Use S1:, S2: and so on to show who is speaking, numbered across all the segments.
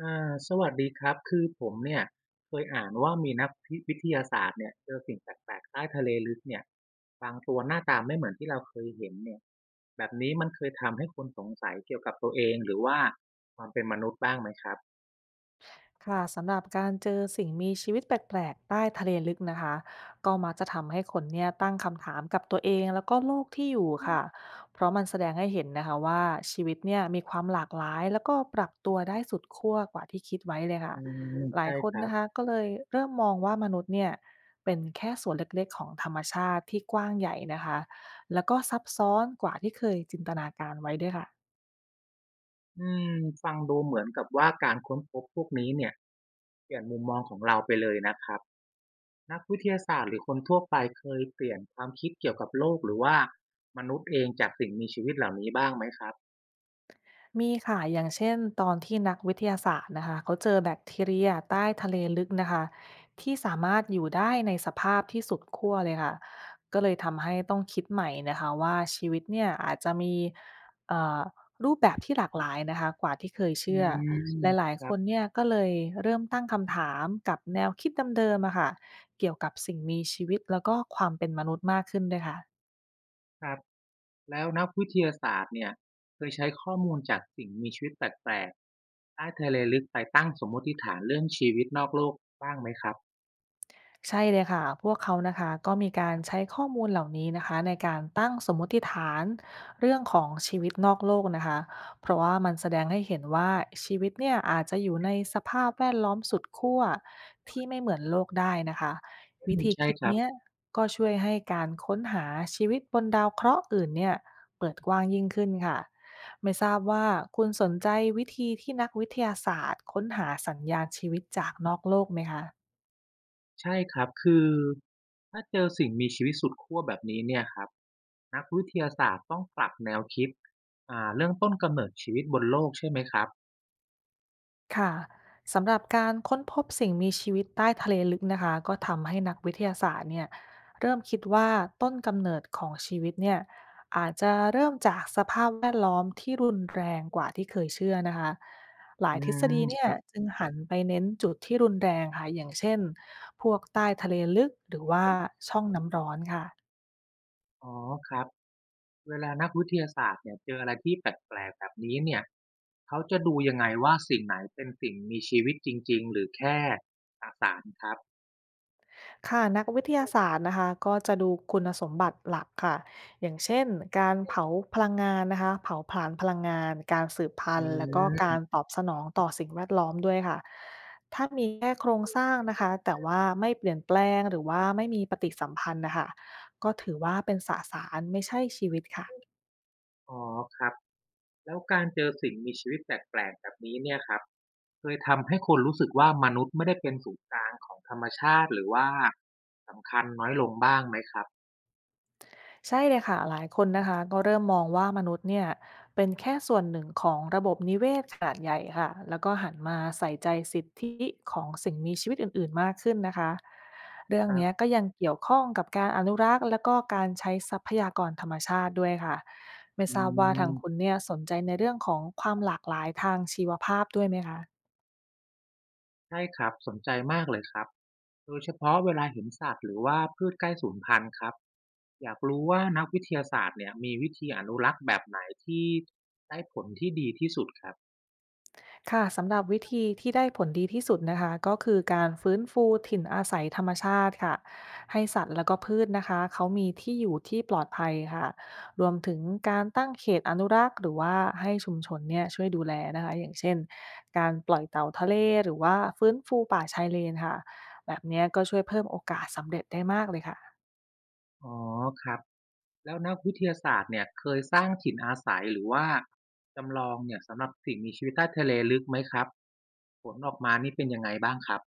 S1: สวัสดีครับคือผมเนี่ยเคยอ่านว่ามีนักพิวิทยาศาสตร์เนี่ยเจอสิ่งแปลกๆใต้ทะเลลึกเนี่ยบางตัวหน้าตาไม่เหมือนที่เราเคยเห็นเนี่ยแบบนี้มันเคยทำให้คนสงสัยเกี่ยวกับตัวเองหรือว่าความเป็นมนุษย์บ้างไหมครับ
S2: ค่ะสำหรับการเจอสิ่งมีชีวิตแปลกๆใต้ทะเลลึกนะคะก็มักจะทำให้คนเนี่ยตั้งคำถามกับตัวเองแล้วก็โลกที่อยู่ค่ะเพราะมันแสดงให้เห็นนะคะว่าชีวิตเนี่ยมีความหลากหลายแล้วก็ปรับตัวได้สุดขั้วกว่าที่คิดไว้เลยค่ะ
S1: อืม
S2: หลาย
S1: ใช่
S2: ค
S1: ค
S2: น
S1: รับ
S2: นะคะก็เลยเริ่มมองว่ามนุษย์เนี่ยเป็นแค่ส่วนเล็กๆของธรรมชาติที่กว้างใหญ่นะคะแล้วก็ซับซ้อนกว่าที่เคยจินตนาการไว้ด้วยค่ะ
S1: อืมฟังดูเหมือนกับว่าการค้นพบพวกนี้เนี่ยเปลี่ยนมุมมองของเราไปเลยนะครับนักวิทยาศาสตร์หรือคนทั่วไปเคยเปลี่ยนความคิดเกี่ยวกับโลกหรือว่ามนุษย์เองจากสิ่งมีชีวิตเหล่านี้บ้างไหมครับ
S2: มีค่ะ อย่างเช่นตอนที่นักวิทยาศาสตร์นะคะเขาเจอแบคทีเรียใต้ทะเลลึกนะคะที่สามารถอยู่ได้ในสภาพที่สุดขั้วเลยค่ะ ก็เลยทำให้ต้องคิดใหม่นะคะว่าชีวิตเนี่ยอาจจะมีเอ่อรูปแบบที่หลากหลายนะคะกว่าที่เคย
S1: อื
S2: เชื่อ ห
S1: ม
S2: ลาย
S1: ค
S2: ๆค
S1: รับ
S2: นเนี่ยก็เลยเริ่มตั้งคำถามกับแนวคิดเดิมๆอะค่ะเกี่ยวกับสิ่งมีชีวิตแล้วก็ความเป็นมนุษย์มากขึ้นด้วยค่ะ
S1: ครับแล้วนักวิทยาศาสตร์เนี่ยเคยใช้ข้อมูลจากสิ่งมีชีวิตแปลกๆใต้ทะเลลึกไปตั้งสมมติฐานเรื่องชีวิตนอกโลกบ้างไหมครับ
S2: ใช่เลยค่ะพวกเขานะคะก็มีการใช้ข้อมูลเหล่านี้นะคะในการตั้งสมมติฐานเรื่องของชีวิตนอกโลกนะคะเพราะว่ามันแสดงให้เห็นว่าชีวิตเนี่ยอาจจะอยู่ในสภาพแวดล้อมสุดขั้วที่ไม่เหมือนโลกได้นะคะ
S1: อื
S2: วิ
S1: ม
S2: ธี
S1: ใช่
S2: คิด
S1: ครับ
S2: เนี้ยก็ช่วยให้การค้นหาชีวิตบนดาวเคราะห์อื่นเนี่ยเปิดกว้างยิ่งขึ้นค่ะไม่ทราบว่าคุณสนใจวิธีที่นักวิทยาศาสตร์ค้นหาสัญญาณชีวิตจากนอกโลกไหมคะ
S1: ใช่ครับคือถ้าเจอสิ่งมีชีวิตสุดขั้วแบบนี้เนี่ยครับนักวิทยาศาสตร์ต้องปรับแนวคิดเรื่องต้นกำเนิดชีวิตบนโลกใช่ไหมครับ
S2: ค่ะสำหรับการค้นพบสิ่งมีชีวิตใต้ทะเลลึกนะคะก็ทำให้นักวิทยาศาสตร์เนี่ยเริ่มคิดว่าต้นกำเนิดของชีวิตเนี่ยอาจจะเริ่มจากสภาพแวดล้อมที่รุนแรงกว่าที่เคยเชื่อนะคะหลา
S1: อื
S2: ยทฤษ
S1: ม
S2: ฎี
S1: ค
S2: เนี่ย
S1: รับ
S2: จึงหันไปเน้นจุดที่รุนแรงค่ะอย่างเช่นพวกใต้ทะเลลึกหรือว่าช่องน้ำร้อนค่ะ
S1: อ๋อครับเวลานักวิทยาศาสตร์เนี่ยเจออะไรที่แปลกๆแบบนี้เนี่ย เขาจะดูยังไงว่าสิ่งไหนเป็นสิ่งมีชีวิตจริงๆหรือแค่สสารครับ
S2: ค่ะนักวิทยาศาสตร์นะคะก็จะดูคุณสมบัติหลักค่ะอย่างเช่นการเผาพลังงานนะคะเผาผลาญพลังงานการสืบพั
S1: อื
S2: นธุ์แล้วก็กา
S1: ม
S2: รตอบสนองต่อสิ่งแวดล้อมด้วยค่ะถ้ามีแค่โครงสร้างนะคะแต่ว่าไม่เปลี่ยนแปลงหรือว่าไม่มีปฏิสัมพันธ์นะคะก็ถือว่าเป็นสสารไม่ใช่ชีวิตค่ะ
S1: อ๋อครับแล้วการเจอสิ่งมีชีวิตแปลกๆแบบนี้เนี่ยครับเคยทำให้คุณรู้สึกว่ามนุษย์ไม่ได้เป็นศูนย์กลางของธรรมชาติหรือว่าสำคัญน้อยลงบ้างไหมครับ
S2: ใช่เลยค่ะหลายคนนะคะก็เริ่มมองว่ามนุษย์เนี่ยเป็นแค่ส่วนหนึ่งของระบบนิเวศขนาดใหญ่ค่ะแล้วก็หันมาใส่ใจสิทธิของสิ่งมีชีวิตอื่นๆมากขึ้นนะคะเรื่อง
S1: ครั
S2: เนี้ย
S1: บ
S2: ก็ยังเกี่ยวข้องกับการอนุรักษ์และก็การใช้ทรัพยากรธรรมชาติด้วยค่ะไม่
S1: อื
S2: ทราบว่า
S1: ม
S2: ทางคุณ
S1: ม
S2: เนี่ยสนใจในเรื่องของความหลากหลายทางชีวภาพด้วยไหมคะ
S1: ใช่ครับสนใจมากเลยครับโดยเฉพาะเวลาเห็นสัตว์หรือว่าพืชใกล้สูญพันธุ์ครับอยากรู้ว่านักวิทยาศาสตร์เนี่ยมีวิธีอนุรักษ์แบบไหนที่ได้ผลที่ดีที่สุดครับ
S2: ค่ะสำหรับวิธีที่ได้ผลดีที่สุดนะคะก็คือการฟื้นฟูถิ่นอาศัยธรรมชาติค่ะให้สัตว์แล้วก็พืชนะคะเขามีที่อยู่ที่ปลอดภัยค่ะรวมถึงการตั้งเขตอนุรักษ์หรือว่าให้ชุมชนเนี่ยช่วยดูแลนะคะอย่างเช่นการปล่อยเต่าทะเลหรือว่าฟื้นฟูป่าชายเลนค่ะแบบเนี้ยก็ช่วยเพิ่มโอกาสสำเร็จได้มากเลยค่ะ
S1: อ๋อครับแล้วนักวิทยาศาสตร์เนี่ยเคยสร้างถิ่นอาศัยหรือว่าจำลองเนี่ยสำหรับสิ่งมีชีวิตใต้ทะเลลึกไหมครับผลออกมานี่เป็นยังไงบ้างครับ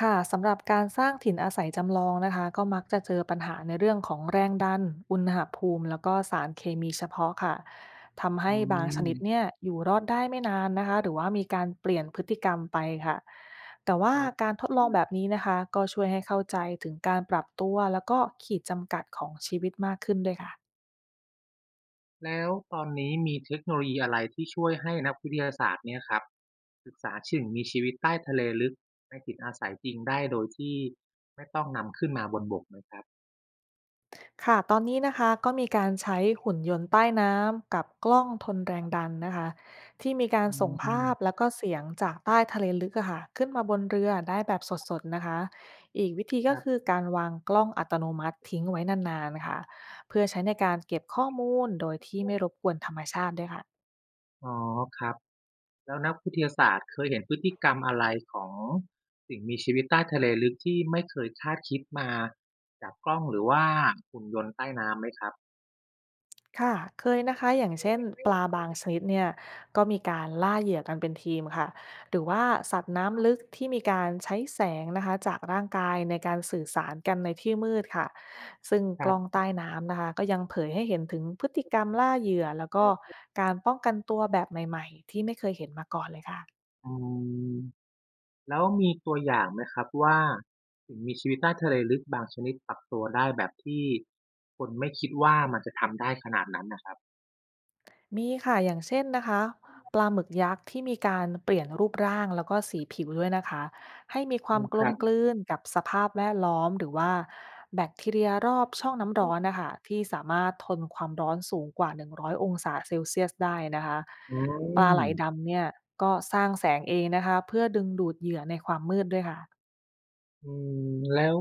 S2: ค่ะสำหรับการสร้างถิ่นอาศัยจำลองนะคะก็มักจะเจอปัญหาในเรื่องของแรงดันอุณหภูมิแล้วก็สารเคมีเฉพาะค่ะทำ
S1: อื
S2: ให้บางช
S1: ม
S2: นิดเนี่ยอยู่รอดได้ไม่นานนะคะหรือว่ามีการเปลี่ยนพฤติกรรมไปค่ะแต่
S1: ค
S2: ว่า
S1: รับ
S2: การทดลองแบบนี้นะคะก็ช่วยให้เข้าใจถึงการปรับตัวแล้วก็ขีดจำกัดของชีวิตมากขึ้นด้วยค่ะ
S1: แล้วตอนนี้มีเทคโนโลยีอะไรที่ช่วยให้นักวิทยาศาสตร์เนี่ยครับศึกษาสิ่งมีชีวิตใต้ทะเลลึกในถิ่นอาศัยจริงได้โดยที่ไม่ต้องนำขึ้นมาบนบกไหมครับ
S2: ค่ะตอนนี้นะคะก็มีการใช้หุ่นยนต์ใต้น้ำกับกล้องทนแรงดันนะคะที่มีการ
S1: อื
S2: ส่งภาพ
S1: ม
S2: แล้วก็เสียงจากใต้ทะเลลึกอะค่ะขึ้นมาบนเรือได้แบบสดๆนะคะอีกวิธี
S1: ค
S2: ก็
S1: รั
S2: คื
S1: บ
S2: อการวางกล้องอัตโนมัติทิ้งไว้นานๆค่ะเพื่อใช้ในการเก็บข้อมูลโดยที่ไม่รบกวนธรรมชาติด้วยค่ะ
S1: อ๋อครับ แล้วนักวิทยาศาสตร์เคยเห็นพฤติกรรมอะไรของสิ่งมีชีวิตใต้ทะเลลึกที่ไม่เคยคาดคิดมาจากกล้องหรือว่าหุ่นยนต์ใต้น้ำไหมครับ
S2: ค่ะเคยนะคะอย่างเช่นปลา
S1: ม
S2: บางชนิดเนี่ยก็มีการล่าเหยื่อกันเป็นทีมค่ะ หรือว่าสัตว์น้ำลึกที่มีการใช้แสงนะคะจากร่างกายในการสื่อสารกันในที่มืดค่ะ ซึ่ง
S1: ค
S2: ก
S1: รั
S2: ล้อง
S1: บ
S2: ใต้น้ำนะคะก็ยังเผยให้เห็นถึงพฤติกรรมล่าเหยื่อแล้วก็การป้องกันตัวแบบใหม่ๆที่ไม่เคยเห็นมาก่อนเลยค่ะ
S1: อืมแล้วมีตัวอย่างไหมครับว่าสิ่งมีชีวิตใต้ทะเลลึกบางชนิดปรับตัวได้แบบที่คนไม่คิดว่ามันจะทำได้ขนาดนั้นนะครับ
S2: มีค่ะอย่างเช่นนะคะปลาหมึกยักษ์ที่มีการเปลี่ยนรูปร่างแล้วก็สีผิวด้วยนะคะให้มีค
S1: อื
S2: วาม
S1: ม
S2: ก
S1: ค
S2: ล
S1: ร
S2: มก
S1: อืั
S2: ลื
S1: บ
S2: นกับสภาพแวดล้อมหรือว่าแบคทีเรียรอบช่องน้ำร้อนนะคะที่สามารถทนความร้อนสูงกว่า100อยองศาเซลเซียสได้นะคะ
S1: อ
S2: ป
S1: อื
S2: ลา
S1: ม
S2: ไหลดำเนี่ยก็สร้างแสงเองนะคะเพื่อดึงดูดเหยื่อในความมืดด้วยค่ะ
S1: อืมแล้ว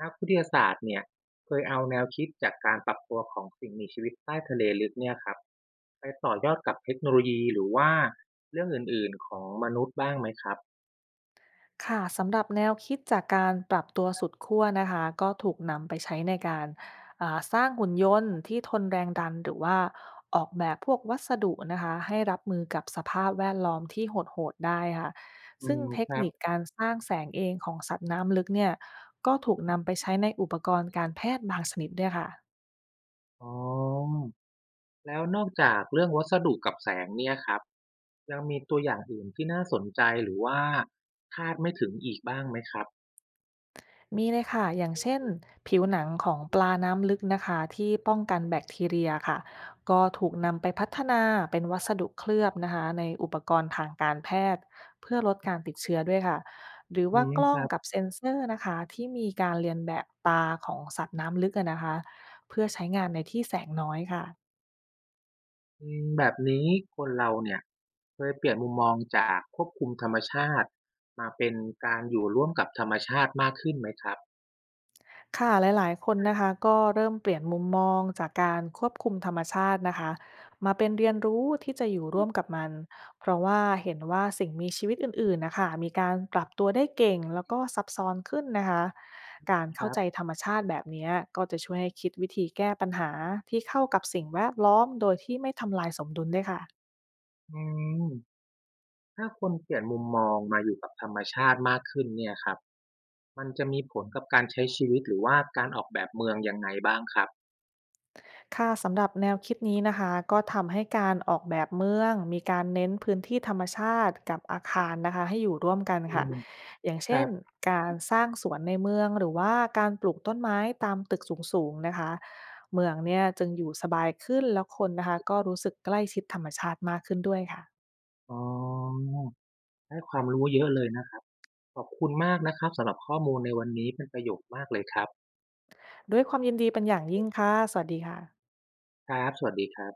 S1: นักวิทยาศาสตร์เนี่ยเคยเอาแนวคิดจากการปรับตัวของสิ่งมีชีวิตใต้ทะเลลึกเนี่ยครับ ไปต่อยอดกับเทคโนโลยีหรือว่าเรื่องอื่นๆของมนุษย์บ้างไหมครับ
S2: ค่ะสำหรับแนวคิดจากการปรับตัวสุดขั้วนะคะก็ถูกนำไปใช้ในการสร้างหุ่นยนต์ที่ทนแรงดันหรือว่าออกแบบพวกวัสดุนะคะให้รับมือกับสภาพแวดล้อมที่โหดๆได้ค่ะ
S1: อื
S2: ซึ่ง
S1: ม
S2: เท
S1: ค
S2: ค
S1: รับ
S2: นิคการสร้างแสงเองของสัตว์น้ำลึกเนี่ยก็ถูกนำไปใช้ในอุปกรณ์การแพทย์บางชนิดด้วยค่ะ
S1: อ๋อแล้วนอกจากเรื่องวัสดุกับแสงเนี่ยครับยังมีตัวอย่างอื่นที่น่าสนใจหรือว่าคาดไม่ถึงอีกบ้างไหมครับ
S2: มีเลยค่ะอย่างเช่นผิวหนังของปลาน้ำลึกนะคะที่ป้องกันแบคทีเรียค่ะก็ถูกนำไปพัฒนาเป็นวัสดุเคลือบนะคะในอุปกรณ์ทางการแพทย์เพื่อลดการติดเชื้อด้วยค่ะหรือ
S1: อื
S2: ว่า
S1: ม
S2: ก
S1: ค
S2: ล้อง
S1: รับ
S2: กับเซ็นเซอร์นะคะที่มีการเรียนแบบตาของสัตว์น้ำลึกอะนะคะเพื่อใช้งานในที่แสงน้อยค่ะ
S1: อืมแบบนี้คนเราเนี่ยเคยเปลี่ยนมุมมองจากควบคุมธรรมชาติมาเป็นการอยู่ร่วมกับธรรมชาติมากขึ้นไหมครับ
S2: ค่ะหลายๆคนนะคะก็เริ่มเปลี่ยนมุมมองจากการควบคุมธรรมชาตินะคะมาเป็นเรียนรู้ที่จะอยู่ร่วมกับมันเพราะว่าเห็นว่าสิ่งมีชีวิตอื่นๆนะคะมีการปรับตัวได้เก่งแล้วก็ซับซ้อนขึ้นนะคะการ
S1: ค
S2: เข้า
S1: รั
S2: ใจ
S1: บ
S2: ธรรมชาติแบบเนี้ยก็จะช่วยให้คิดวิธีแก้ปัญหาที่เข้ากับสิ่งแวดล้อมโดยที่ไม่ทำลายสมดุลด้วยค่ะ
S1: อืมถ้าคนเปลี่ยนมุมมองมาอยู่กับธรรมชาติมากขึ้นเนี่ยครับ มันจะมีผลกับการใช้ชีวิตหรือว่าการออกแบบเมืองยังไงบ้างครับ
S2: ค่ะสำหรับแนวคิดนี้นะคะก็ทำให้การออกแบบเมืองมีการเน้นพื้นที่ธรรมชาติกับอาคารนะคะให้อยู่ร่วมกัน
S1: อื
S2: ค่ะ
S1: ม
S2: อย่าง
S1: ค
S2: เช่
S1: รั
S2: น
S1: บ
S2: การสร้างสวนในเมืองหรือว่าการปลูกต้นไม้ตามตึกสูงๆนะคะเมืองเนี่ยจึงอยู่สบายขึ้นแล้วคนนะคะก็รู้สึกใกล้ชิดธรรมชาติมากขึ้นด้วยค่ะ
S1: อ๋อได้ความรู้เยอะเลยนะครับ ขอบคุณมากนะครับสำหรับข้อมูลในวันนี้เป็นประโยชน์มากเลยครับ
S2: ด้วยความยินดีเป็นอย่างยิ่งค่ะสวัสดีค่ะ
S1: ครับสวัสดีครับ